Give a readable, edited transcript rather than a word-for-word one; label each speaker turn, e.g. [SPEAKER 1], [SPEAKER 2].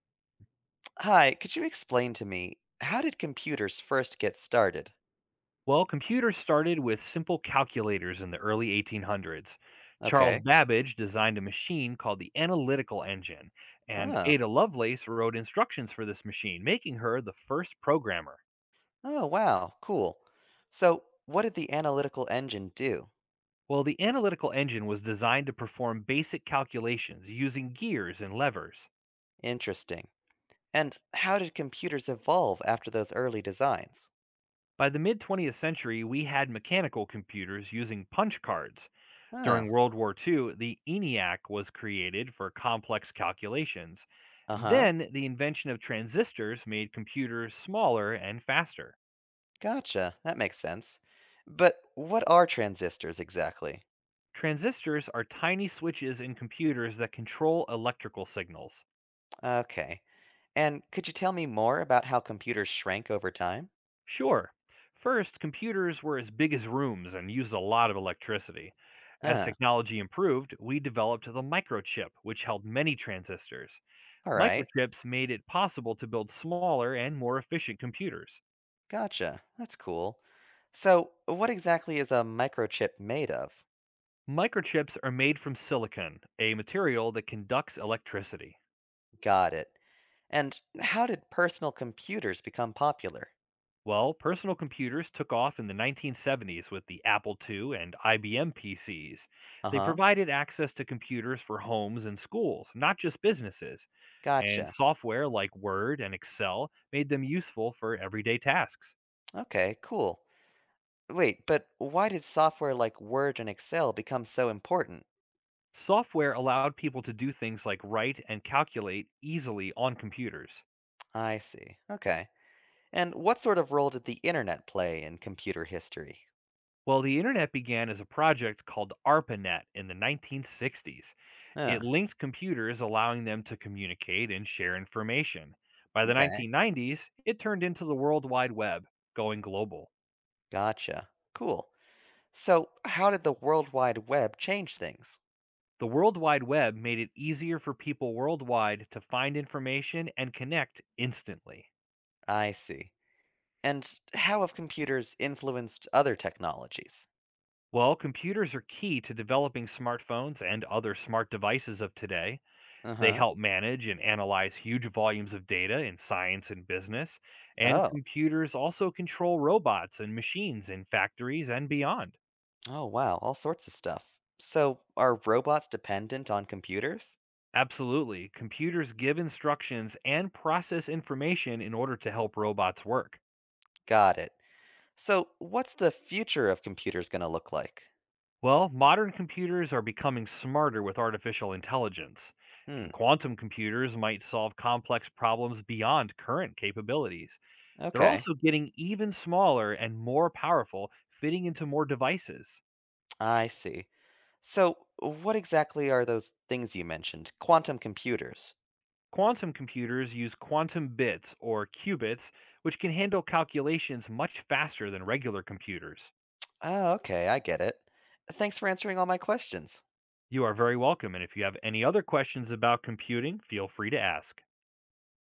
[SPEAKER 1] Hi, could you explain to me how did computers first get started?
[SPEAKER 2] Well, computers started with simple calculators in the early 1800s. Charles
[SPEAKER 1] Okay.
[SPEAKER 2] Babbage designed a machine called the analytical engine, and
[SPEAKER 1] Oh,
[SPEAKER 2] Ada Lovelace wrote instructions for this machine, making her the first programmer.
[SPEAKER 1] oh, wow. Cool. So, what did the analytical engine do?
[SPEAKER 2] Well, the analytical engine was designed to perform basic calculations using gears and levers.
[SPEAKER 1] Interesting. And how did computers evolve after those early designs?
[SPEAKER 2] By the mid 20th century, we had mechanical computers using punch cards.
[SPEAKER 1] Huh.
[SPEAKER 2] During World War II, the ENIAC was created for complex calculations.
[SPEAKER 1] Uh
[SPEAKER 2] And
[SPEAKER 1] huh.
[SPEAKER 2] then the invention of transistors made computers smaller and faster.
[SPEAKER 1] Gotcha. That makes sense. But what are transistors exactly?
[SPEAKER 2] Transistors are tiny switches in computers that control electrical signals.
[SPEAKER 1] Okay. And could you tell me more about how computers shrank over time?
[SPEAKER 2] Sure, first, computers were as big as rooms and used a lot of electricity. As
[SPEAKER 1] Huh.
[SPEAKER 2] technology improved, we developed the microchip, which held many transistors.
[SPEAKER 1] All right.
[SPEAKER 2] Microchips made it possible to build smaller and more efficient computers.
[SPEAKER 1] Gotcha. That's cool. So, what exactly is a microchip made of?
[SPEAKER 2] Microchips are made from silicon, a material that conducts electricity.
[SPEAKER 1] Got it. And how did personal computers become popular?
[SPEAKER 2] Well, personal computers took off in the 1970s with the Apple II and IBM PCs.
[SPEAKER 1] Uh
[SPEAKER 2] They
[SPEAKER 1] huh.
[SPEAKER 2] provided access to computers for homes and schools, not just businesses. And
[SPEAKER 1] Gotcha.
[SPEAKER 2] software like Word and Excel made them useful for everyday tasks.
[SPEAKER 1] Okay, cool. Wait, but why did software like Word and Excel become so important?
[SPEAKER 2] Software allowed people to do things like write and calculate easily on computers.
[SPEAKER 1] I see. Okay. And what sort of role did the internet play in computer history?
[SPEAKER 2] Well, the internet began as a project called ARPANET in the 1960s. It
[SPEAKER 1] Huh.
[SPEAKER 2] linked computers, allowing them to communicate and share information. By the
[SPEAKER 1] Okay.
[SPEAKER 2] 1990s, it turned into the World Wide Web, going global.
[SPEAKER 1] Gotcha. Cool. So, how did the World Wide Web change things?
[SPEAKER 2] The World Wide Web made it easier for people worldwide to find information and connect instantly.
[SPEAKER 1] I see. And how have computers influenced other technologies?
[SPEAKER 2] Well, computers are key to developing smartphones and other smart devices of today.
[SPEAKER 1] Uh
[SPEAKER 2] They
[SPEAKER 1] huh.
[SPEAKER 2] help manage and analyze huge volumes of data in science and business, and
[SPEAKER 1] Oh,
[SPEAKER 2] computers also control robots and machines in factories and beyond.
[SPEAKER 1] oh wow, all sorts of stuff. So, are robots dependent on computers?
[SPEAKER 2] Absolutely. Computers give instructions and process information in order to help robots work.
[SPEAKER 1] Got it. So, what's the future of computers going to look like?
[SPEAKER 2] Well, modern computers are becoming smarter with artificial intelligence, and
[SPEAKER 1] Hmm,
[SPEAKER 2] quantum computers might solve complex problems beyond current capabilities. They're
[SPEAKER 1] okay.
[SPEAKER 2] also getting even smaller and more powerful, fitting into more devices.
[SPEAKER 1] I see. So, what exactly are those things you mentioned? Quantum computers.
[SPEAKER 2] Quantum computers use quantum bits or qubits, which can handle calculations much faster than regular computers.
[SPEAKER 1] Oh, okay, I get it. Thanks for answering all my questions.
[SPEAKER 2] You are very welcome. And if you have any other questions about computing, feel free to ask.